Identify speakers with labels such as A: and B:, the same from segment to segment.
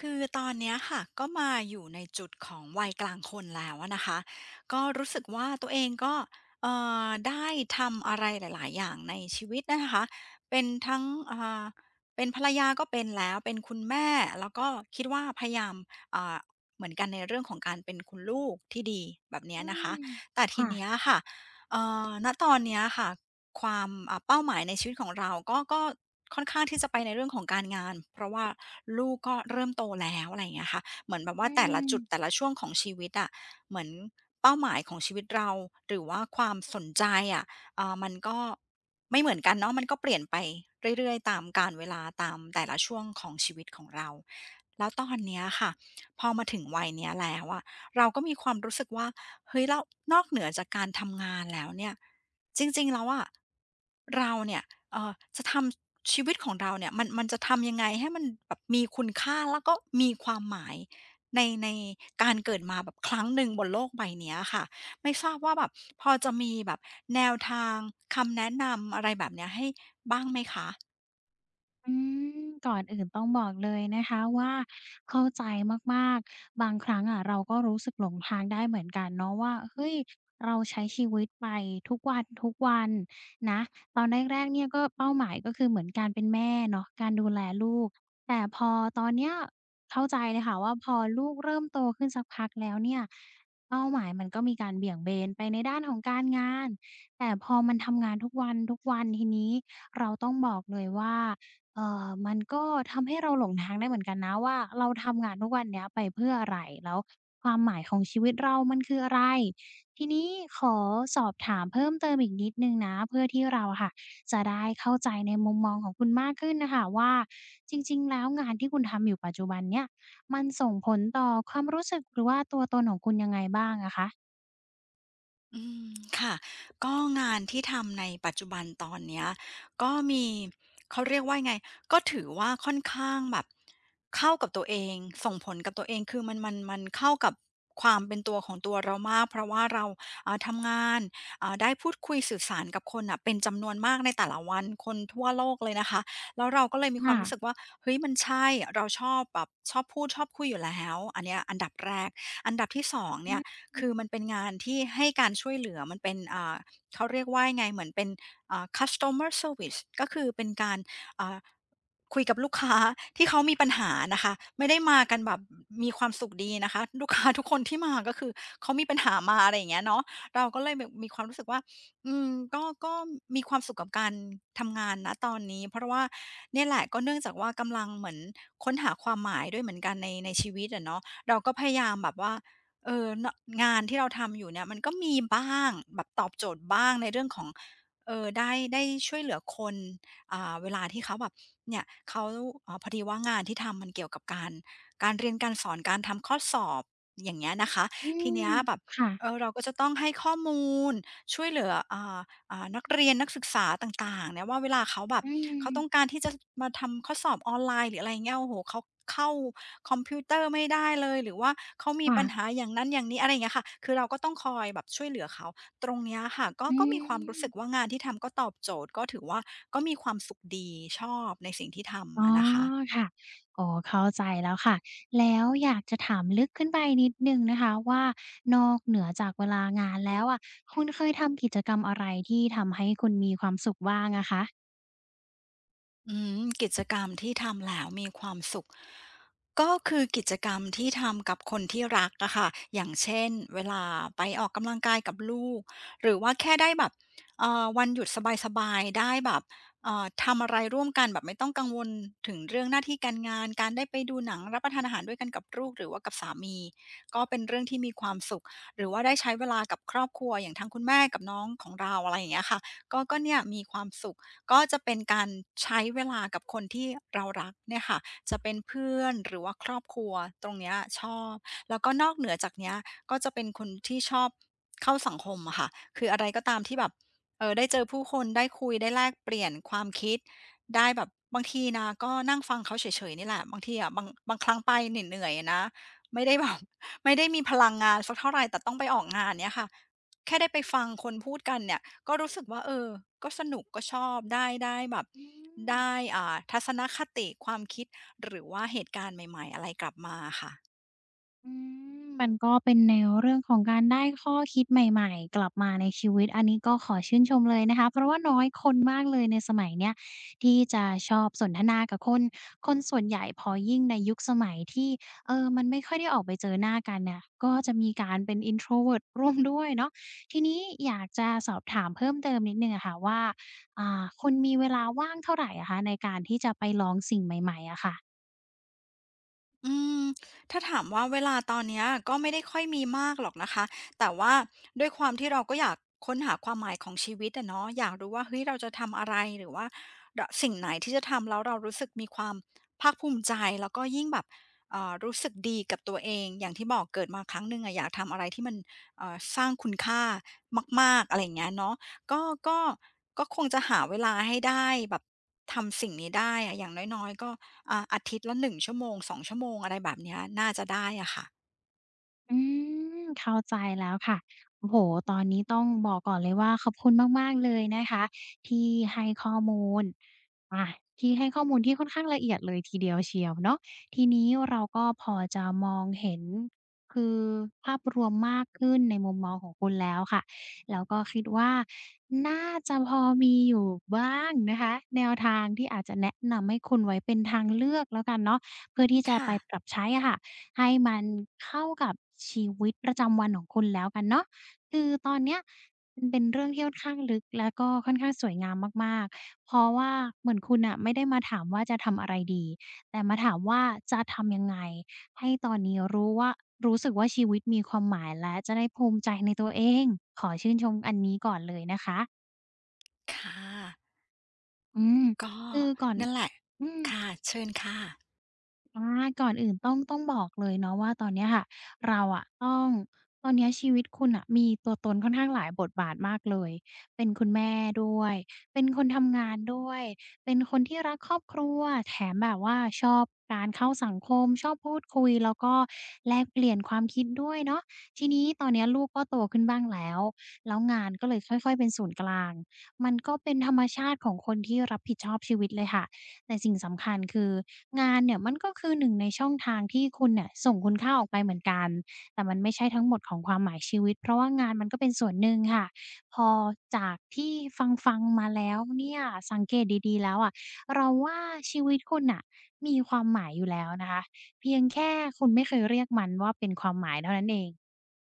A: คือตอนเนี้ยค่ะก็มาอยู่ในจุดของวัยกลางคนแล้วอะนะคะก็รู้สึกว่าตัวเองก็เอ่ได้ทำอะไรหลายๆ อย่างในชีวิตนะคะเป็นทั้งอเป็นภรรยาก็เป็นแล้วเป็นคุณแม่แล้วก็คิดว่าพยายามเอ่อเหมือนกันในเรื่องของการเป็นคุณลูกที่ดีแบบเนี้
B: อื
A: ยนะ
B: ม
A: คะแต่ที
B: ค่ะ
A: เนี้ยค่ะเอ่ณตอนเนี้ยค่ะ ความเป้าหมายในชีวิตของเราก็ค่อนข้างที่จะไปในเรื่องของการงานเพราะว่าลูกก็เริ่มโตแล้วอะไรอย่างเงี้ยค่ะเหมือนแบบ
B: อื
A: ว่าแต่ละ
B: ม
A: จุดแต่ละช่วงของชีวิตอะเหมือนเป้าหมายของชีวิตเราหรือว่าความสนใจอะเอ่ามันก็ไม่เหมือนกันเนาะมันก็เปลี่ยนไปเรื่อยๆตามการเวลาตามแต่ละช่วงของชีวิตของเราแล้วตอนเนี้ยค่ะพอมาถึงวัยเนี้ยแล้วอะเราก็มีความรู้สึกว่า เฮ้ยแล้วนอกเหนือจากการทำงานแล้วเนี่ยจริงๆแล้วอะเราเนี่ยเอ่อจะทำชีวิตของเราเนี่ยมันจะทำยังไงให้มันแบบมีคุณค่าแล้วก็มีความหมายในการเกิดมาแบบครั้งหนึ่งบนโลกใบเนี้ยค่ะไม่ทราบว่าแบบพอจะมีแบบแนวทางคำแนะนำอะไรแบบเนี้ยให้บ้างไหมคะ
B: อืมก่อนอื่นต้องบอกเลยนะคะว่าเข้าใจมากๆบางครั้งอะเราก็รู้สึกหลงทางได้เหมือนกันเนาะว่าเฮ้ยเราใช้ชีวิตไปทุกวันทุกวันนะตอนแรกๆเนี่ยก็เป้าหมายก็คือเหมือนการเป็นแม่เนาะการดูแลลูกแต่พอตอนเนี้ยเข้าใจเลยค่ะว่าพอลูกเริ่มโตขึ้นสักพักแล้วเนี่ยเป้าหมายมันก็มีการเบี่ยงเบนไปในด้านของการงานแต่พอมันทำงานทุกวันทุกวันทีนี้เราต้องบอกเลยว่า มันก็ทำให้เราหลงทางได้เหมือนกันนะว่าเราทำงานทุกวันเนี้ยไปเพื่ออะไรแล้วความหมายของชีวิตเรามันคืออะไรทีนี้ขอสอบถามเพิ่มเติมอีกนิดหนึ่งนะเพื่อที่เราอะค่ะจะได้เข้าใจในมุมมองของคุณมากขึ้นน่ะค่ะว่าจริงๆแล้วงานที่คุณทำอยู่ปัจจุบันเนี่ยมันส่งผลต่อความรู้สึกหรือว่าตัวตนของคุณยังไงบ้างอะคะ
A: อืมค่ะก็งานที่ทำในปัจจุบันตอนเนี้ยก็มีเขาเรียกว่ายังไงก็ถือว่าค่อนข้างแบบเข้ากับตัวเองส่งผลกับตัวเองคือมันเข้ากับความเป็นตัวของตัวเรามากเพราะว่าเราทำงานได้พูดคุยสื่อสารกับคนน่ะเป็นจำนวนมากในแต่ละวันคนทั่วโลกเลยนะคะแล้วเราก็เลยมีความรู้สึก
B: ค่ะ
A: ว่าเฮ้ยมันใช่เราชอบแบบชอบพูดชอบคุยอยู่แล้วอันเนี้ยอันดับแรกอันดับที่สอง
B: อื
A: เนี่ย
B: ม
A: คือมันเป็นงานที่ให้การช่วยเหลือมันเป็นเขาเรียกว่ายังไงเหมือนเป็นCustomer Service ก็คือเป็นการอ่าคุยกับลูกค้า ที่เขามีปัญหานะคะไม่ได้มากันแบบมีความสุขดีนะคะลูกค้า ทุกคนที่มาก็คือเขามีปัญหามาอะไรอย่างเงี้ยเนาะเราก็เลยแบบมีความรู้สึกว่าอืมก็มีความสุขกับการทำงานนะตอนนี้เพราะว่าเนี่ยแหละก็เนื่องจากว่ากำลังเหมือนค้นหาความหมายด้วยเหมือนกันในชีวิตอะเนาะเราก็พยายามแบบว่า เออเนอะงานที่เราทำอยู่เนี่ยมันก็มีบ้างแบบตอบโจทย์บ้างในเรื่องของเออได้ช่วยเหลือคนเวลาที่เขาแบบเนี่ยเขาพอดีว่างานที่ทำมันเกี่ยวกับการการเรียนการสอนการทำข้อสอบอย่างเงี้ยนะคะ
B: อื
A: ทีเนี้ย
B: ม
A: แบบ
B: ค่ะ
A: เออเราก็จะต้องให้ข้อมูลช่วยเหลือนักเรียนนักศึกษาต่างๆเนี่ยว่าเวลาเขาแบบ
B: อื
A: เขาต้องกา
B: ม
A: รที่จะมาทำข้อสอบออนไลน์หรืออะไรเงี้ยโอ้โหเขาเข้า คอมพิวเตอร์ไม่ได้เลยหรือว่าเขามีปัญหา
B: ค่ะ
A: อย่างนั้นอย่างนี้อะไรอย่างเงี้ยค่ะ คือเราก็ต้องคอยแบบช่วยเหลือเขาตรงเนี้ยค่ะก็
B: อื
A: ก็มีความรู้
B: ม
A: สึกว่างานที่ทำก็ตอบโจทย์ก็ถือว่าก็มีความสุขดีชอบในสิ่งที่ทำ
B: อ๋อ
A: อะนะคะ
B: ค่ะอ๋อเข้าใจแล้วค่ะแล้วอยากจะถามลึกขึ้นไปนิดหนึ่งนะคะว่านอกเหนือจากเวลางานแล้วอะคุณเคยทำกิจกรรมอะไรที่ทำให้คุณมีความสุขบ้างอะคะ
A: อืมกิจกรรมที่ทำแล้วมีความสุขก็คือกิจกรรมที่ทำกับคนที่รักอะค่ะอย่างเช่นเวลาไปออกกำลังกายกับลูกหรือว่าแค่ได้แบบวันหยุดสบายๆได้แบบทำอะไรร่วมกันแบบไม่ต้องกังวลถึงเรื่องหน้าที่การงานการได้ไปดูหนังรับประทานอาหารด้วยกันกับลูกหรือว่ากับสามีก็เป็นเรื่องที่มีความสุขหรือว่าได้ใช้เวลากับครอบครัวอย่างทางคุณแม่กับน้องของเราอะไรอย่างเงี้ยค่ะก็เนี่ยมีความสุข ก็จะเป็นการใช้เวลากับคนที่เรารักเนี่ยค่ะจะเป็นเพื่อนหรือว่าครอบครัวตรงเนี้ยชอบ แล้วก็นอกเหนือจากเนี้ยก็จะเป็นคนที่ชอบเข้าสังคมอะค่ะคืออะไรก็ตามที่แบบได้เจอผู้คนได้คุยได้แลกเปลี่ยนความคิดได้แบบบางทีนะก็นั่งฟังเขาเฉยๆนี่แหละบางทีอะบางครั้งไปเหนื่อยๆอะนะไม่ได้แบบ ไม่ได้มีพลังงานสักเท่าไรแต่ต้องไปออกงานเงี้ยค่ะแค่ได้ไปฟังคนพูดกันเนี่ย ก็รู้สึกว่าเออ ก็สนุกก็ชอบได้แบบ
B: อืม
A: ได้ทัศนคติความคิดหรือว่าเหตุการณ์ใหม่ๆอะไรกลับมาค่ะ
B: อืมมันก็เป็นแนวเรื่องของการได้ข้อคิดใหม่ๆกลับมาในชีวิตอันนี้ก็ขอชื่นชมเลยนะคะเพราะว่าน้อยคนมากเลยในสมัยเนี้ยที่จะชอบสนทนากับคนคนส่วนใหญ่พอยิ่งในยุคสมัยที่มันไม่ค่อยได้ออกไปเจอหน้ากันเนี่ยก็จะมีการเป็น introvert ร่วมด้วยเนาะทีนี้อยากจะสอบถามเพิ่มเติมนิดหนึ่งอะค่ะว่าอ่าคุณมีเวลาว่างเท่าไรอะคะในการที่จะไปลองสิ่งใหม่ๆอะค่ะ
A: อืมถ้าถามว่าเวลาตอนเนี้ยก็ไม่ได้ค่อยมีมากหรอกนะคะแต่ว่าด้วยความที่เราก็อยากค้นหาความหมายของชีวิตอะเนาะอยากรู้ว่าเฮ้ยเราจะทำอะไรหรือว่าเราสิ่งไหนที่จะทำแล้วเรารู้สึกมีความภาคภูมิใจแล้วก็ยิ่งแบบรู้สึกดีกับตัวเองอย่างที่บอกเกิดมาครั้งหนึ่งอะอยากทำอะไรที่มันสร้างคุณค่ามากๆอะไรอย่างเงี้ยเนาะก็ก็ก็คงจะหาเวลาให้ได้แบบทำสิ่งนี้ได้อะอย่างน้อยๆก็ อาทิตย์ละ1ชั่วโมง2ชั่วโมงอะไรแบบเนี้ยน่าจะได้อะค่ะ
B: อืมเข้าใจแล้วค่ะโอ้โฮตอนนี้ต้องบอกก่อนเลยว่าขอบคุณมากๆเลยนะคะที่ให้ข้อมูลอาที่ให้ข้อมูลที่ค่อนข้างละเอียดเลยทีเดียวเชียวเนาะทีนี้เราก็พอจะมองเห็นคือภาพรวมมากขึ้นในมุมมองของคุณแล้วค่ะ แล้วก็คิดว่าน่าจะพอมีอยู่บ้างนะคะแนวทางที่อาจจะแนะนำให้คุณไว้เป็นทางเลือกแล้วกันเนาะเพื่อที่จะไป
A: ค่ะ
B: ปรับใช้อะค่ะ ให้มันเข้ากับชีวิตประจำวันของคุณแล้วกันเนาะคือตอนเนี้ยมันเป็นเรื่องที่ค่อนข้างลึกแล้วก็ค่อนข้างสวยงามมากๆเพราะว่าเหมือนคุณน่ะไม่ได้มาถามว่าจะทำอะไรดีแต่มาถามว่าจะทำยังไงให้ตอนนี้รู้ว่ารู้สึกว่าชีวิตมีความหมายและจะได้ภูมิใจในตัวเองขอชื่นชมอันนี้ก่อนเลยนะคะ
A: ค่ะ
B: อืม
A: ก็
B: คือก่อน
A: นั่นแหละ
B: อืม
A: ค่ะเชิญค่ะ
B: อาก่อนอื่นต้องบอกเลยเนาะว่าตอนเนี้ยค่ะเราอะต้องตอนเนี้ยชีวิตคุณน่ะมีตัวตนค่อนข้างหลายบทบาทมากเลยเป็นคุณแม่ด้วยเป็นคนทำงานด้วยเป็นคนที่รักครอบครัวแถมแบบว่าชอบการเข้าสังคมชอบพูดคุยแล้วก็แลกเปลี่ยนความคิดด้วยเนาะทีนี้ตอนเนี้ยลูกก็โตขึ้นบ้างแล้วแล้วงานก็เลยค่อยๆเป็นศูนย์กลางมันก็เป็นธรรมชาติของคนที่รับผิดชอบชีวิตเลยค่ะ แต่สิ่งสำคัญคืองานเนี่ยมันก็คือหนึ่งในช่องทางที่คุณเนี่ยส่งคุณค่าออกไปเหมือนกันแต่มันไม่ใช่ทั้งหมดของความหมายชีวิตเพราะว่างานมันก็เป็นส่วนหนึ่งค่ะพอจากที่ฟังๆมาแล้วเนี่ยสังเกตดีๆแล้วอะเราว่าชีวิตคุณน่ะมีความหมายอยู่แล้วนะคะเพียงแค่คุณไม่เคยเรียกมันว่าเป็นความหมายเท่านั้นเอง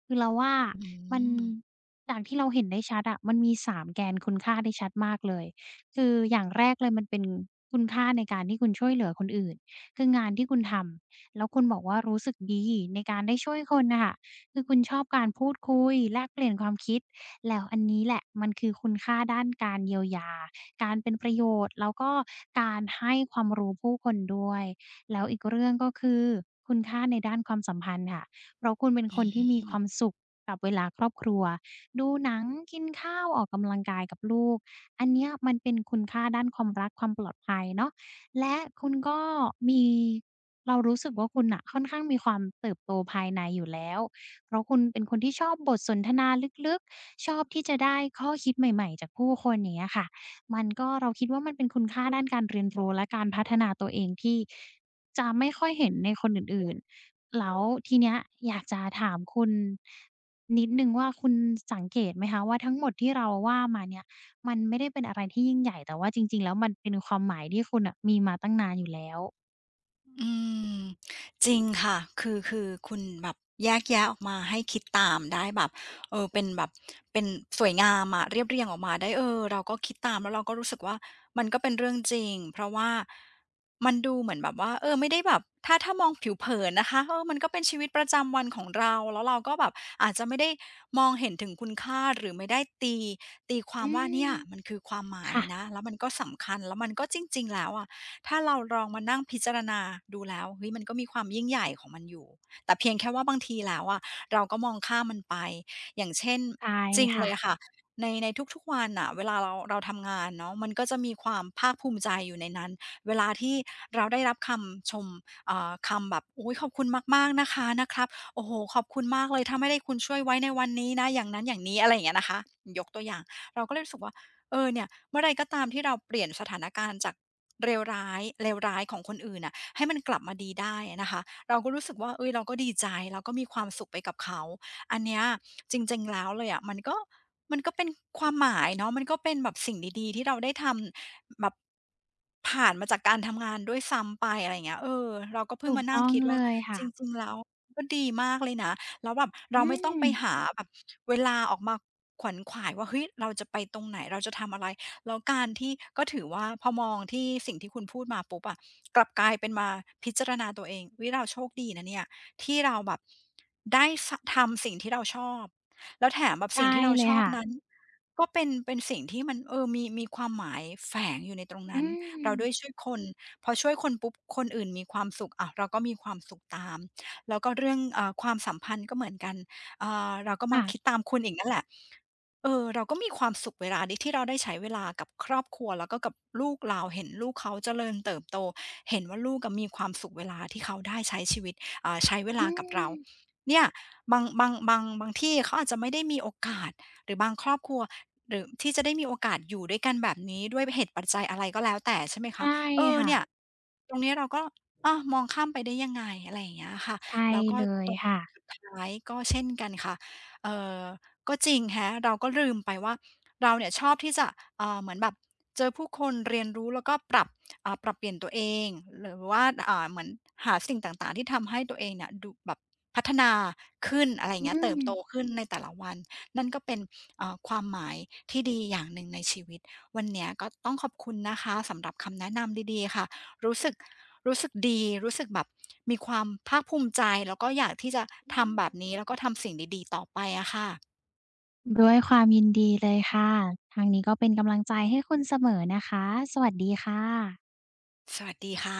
B: คือเราว่า
A: อื
B: มัน
A: ม
B: จากที่เราเห็นได้ชัดอะมันมีสามแกนคุณค่าได้ชัดมากเลย คืออย่างแรกเลยมันเป็นคุณค่าในการที่คุณช่วยเหลือคนอื่นคืองานที่คุณทำแล้วคุณบอกว่ารู้สึกดีในการได้ช่วยคนน่ะค่ะคือคุณชอบการพูดคุยแลกเปลี่ยนความคิดแล้วอันนี้แหละมันคือคุณค่าด้านการเยียวยาการเป็นประโยชน์แล้วก็การให้ความรู้ผู้คนด้วยแล้วอีกเรื่องก็คือคุณค่าในด้านความสัมพันธ์ค่ะเพราะคุณเป็นคนที่มีความสุขกับเวลาครอบครัวดูหนังกินข้าวออกกำลังกายกับลูก อันเนี้ยมันเป็นคุณค่าด้านความรักความปลอดภัยเนาะและคุณก็มีเรารู้สึกว่าคุณน่ะค่อนข้างมีความเติบโตภายในอยู่แล้วเพราะคุณเป็นคนที่ชอบบทสนทนาลึกๆชอบที่จะได้ข้อคิดใหม่ๆจากผู้คนอย่างเงี้ยค่ะมันก็เราคิดว่ามันเป็นคุณค่าด้านการเรียนรู้และการพัฒนาตัวเองที่จะไม่ค่อยเห็นในคนอื่นๆแล้วทีเนี้ยอยากจะถามคุณนิดหนึ่งว่าคุณสังเกตไหมคะว่าทั้งหมดที่เราว่ามาเนี่ย มันไม่ได้เป็นอะไรที่ยิ่งใหญ่แต่ว่าจริงๆแล้วมันเป็นความหมายที่คุณน่ะมีมาตั้งนานอยู่แล้ว
A: อืมจริงค่ะคือคุณแบบแยกแยะออกมาให้คิดตามได้แบบเออเป็นแบบเป็นสวยงามอะเรียบเรียงออกมาได้เออเราก็คิดตามแล้วเราก็รู้สึกว่ามันก็เป็นเรื่องจริงเพราะว่ามันดูเหมือนแบบว่าเออไม่ได้แบบถ้ามองผิวเผินนะคะเออมันก็เป็นชีวิตประจำวันของเราแล้วเราก็แบบอาจจะไม่ได้มองเห็นถึงคุณค่าหรือไม่ได้ตีควา
B: อื
A: มว่าเนี่
B: ม
A: ยมันคือความหมาย
B: ค่ะ
A: นะแล้วมันก็สำคัญแล้วมันก็จริงๆแล้วอะ ถ้าเราลองมานั่งพิจารณาดูแล้วเฮ้ยมันก็มีความยิ่งใหญ่ของมันอยู่แต่เพียงแค่ว่าบางทีแล้วอะเราก็มองข้ามมันไปอย่างเช่น
B: ใช่
A: จริงเล
B: ค่ะ
A: ยอะค่ะในทุกๆวันน่ะเวลาเราทำงานเนาะมันก็จะมีความภาคภูมิใจอยู่ในนั้นเวลาที่เราได้รับคำชมคำแบบอุ๊ยขอบคุณมากๆนะคะนะครับโอ้โฮขอบคุณมากเลยถ้าไม่ได้คุณช่วยไว้ในวันนี้นะอย่างนั้นอย่างนี้อะไรอย่างเงี้ยนะคะยกตัวอย่างเราก็เลยรู้สึกว่าเออเนี่ยเมื่อไรก็ตามที่เราเปลี่ยนสถานการณ์จาก เลวร้ายของคนอื่นน่ะให้มันกลับมาดีได้อะนะคะเราก็รู้สึกว่าเฮ้ยเราก็ดีใจเราก็มีความสุขไปกับเขาอันเนี้ยจริงๆแล้วเลยอะมันก็เป็นความหมายเนาะมันก็เป็นแบบสิ่งดีๆที่เราได้ทำแบบผ่านมาจากการทำงานด้วยซ้ำไปอะไรอย่างเงี้ยเออเราก็เพิ่
B: ถู
A: ง
B: ก
A: มานั่ง
B: ต้อง
A: คิด
B: เล
A: ว่า
B: ย
A: จ
B: ค่ะ
A: ริงๆแล้วก็ดีมากเลยนะแล้วแบบ
B: อื
A: เราไม่ต้อง
B: ม
A: ไปหาแบบเวลาออกมาขวนขวายว่าเฮ้ยเราจะไปตรงไหนเราจะทำอะไร แล้วการที่ก็ถือว่าพอมองที่สิ่งที่คุณพูดมาปุ๊บอะกลับกลายเป็นมาพิจารณาตัวเองวิเราโชคดีนะเนี่ยที่เราแบบได้สะทำสิ่งที่เราชอบแล้วแถมแบบสิ่ง
B: ได้
A: ที่เรา
B: เล
A: ช
B: ย
A: อบ
B: ค่ะ
A: นั้นก็เป็นสิ่งที่มันเออมีความหมายแฝงอยู่ในตรง
B: อื
A: นั้น
B: ม
A: เราด้วยช่วยคนพอช่วยคนปุ๊บคนอื่นมีความสุขอ้าวเราก็มีความสุขตามแล้วก็เรื่องความสัมพันธ์ก็เหมือนกันเราก็มา
B: ค่ะ
A: คิดตามคุณอีกนั่นแหละ เออเราก็มีความสุขเวลานี้ที่เราได้ใช้เวลากับครอบครัวแล้วก็กับลูกเราเห็นลูกเขาเจริญเติบโตเห็นว่าลูกอะมีความสุขเวลาที่เขาได้ใช้ชีวิตใช้เว
B: อื
A: ลากับเรา
B: ม
A: เนี่ยบางที่เขาอาจจะไม่ได้มีโอกาสหรือบางครอบครัวหรือที่จะได้มีโอกาสอยู่ด้วยกันแบบนี้ด้วยเหตุปัจจัยอะไรก็แล้วแต่ใช่ไหมคะ
B: ใช่
A: เออ
B: ค่ะ
A: เนี่ยตรงนี้เราก็มองข้ามไปได้ยังไงอะไรอย่างเงี้ยค่ะ
B: ใช่
A: แล้วก็
B: เลย
A: ตรง
B: ค่ะ
A: สุดท้ายก็เช่นกันค่ะเอ่อ ก็จริงคะเราก็ลืมไปว่าเราเนี่ยชอบที่จะเหมือนแบบเจอผู้คนเรียนรู้แล้วก็ปรับปรับเปลี่ยนตัวเองหรือว่าเหมือนหาสิ่งต่างๆที่ทำให้ตัวเองเนี่ยดูแบบพัฒนาขึ้นอะไรอย่า
B: อื
A: งเงี้ยเติบ
B: ม
A: โตขึ้นในแต่ละวันนั่นก็เป็นความหมายที่ดีอย่างหนึ่งในชีวิตวันเนี้ยก็ต้องขอบคุณนะคะสำหรับคำแนะนำดีๆค่ะรู้สึกรู้สึกดี รู้สึกแบบมีความภาคภูมิใจแล้วก็อยากที่จะ
B: อื
A: ทำแบบนี้
B: ม
A: แล้วก็ทำสิ่งดีๆต่อไปอะค่ะ
B: ด้วยความยินดีเลยค่ะทางนี้ก็เป็นกำลังใจให้คุณเสมอนะคะสวัสดีค่ะ
A: สวัสดีค่ะ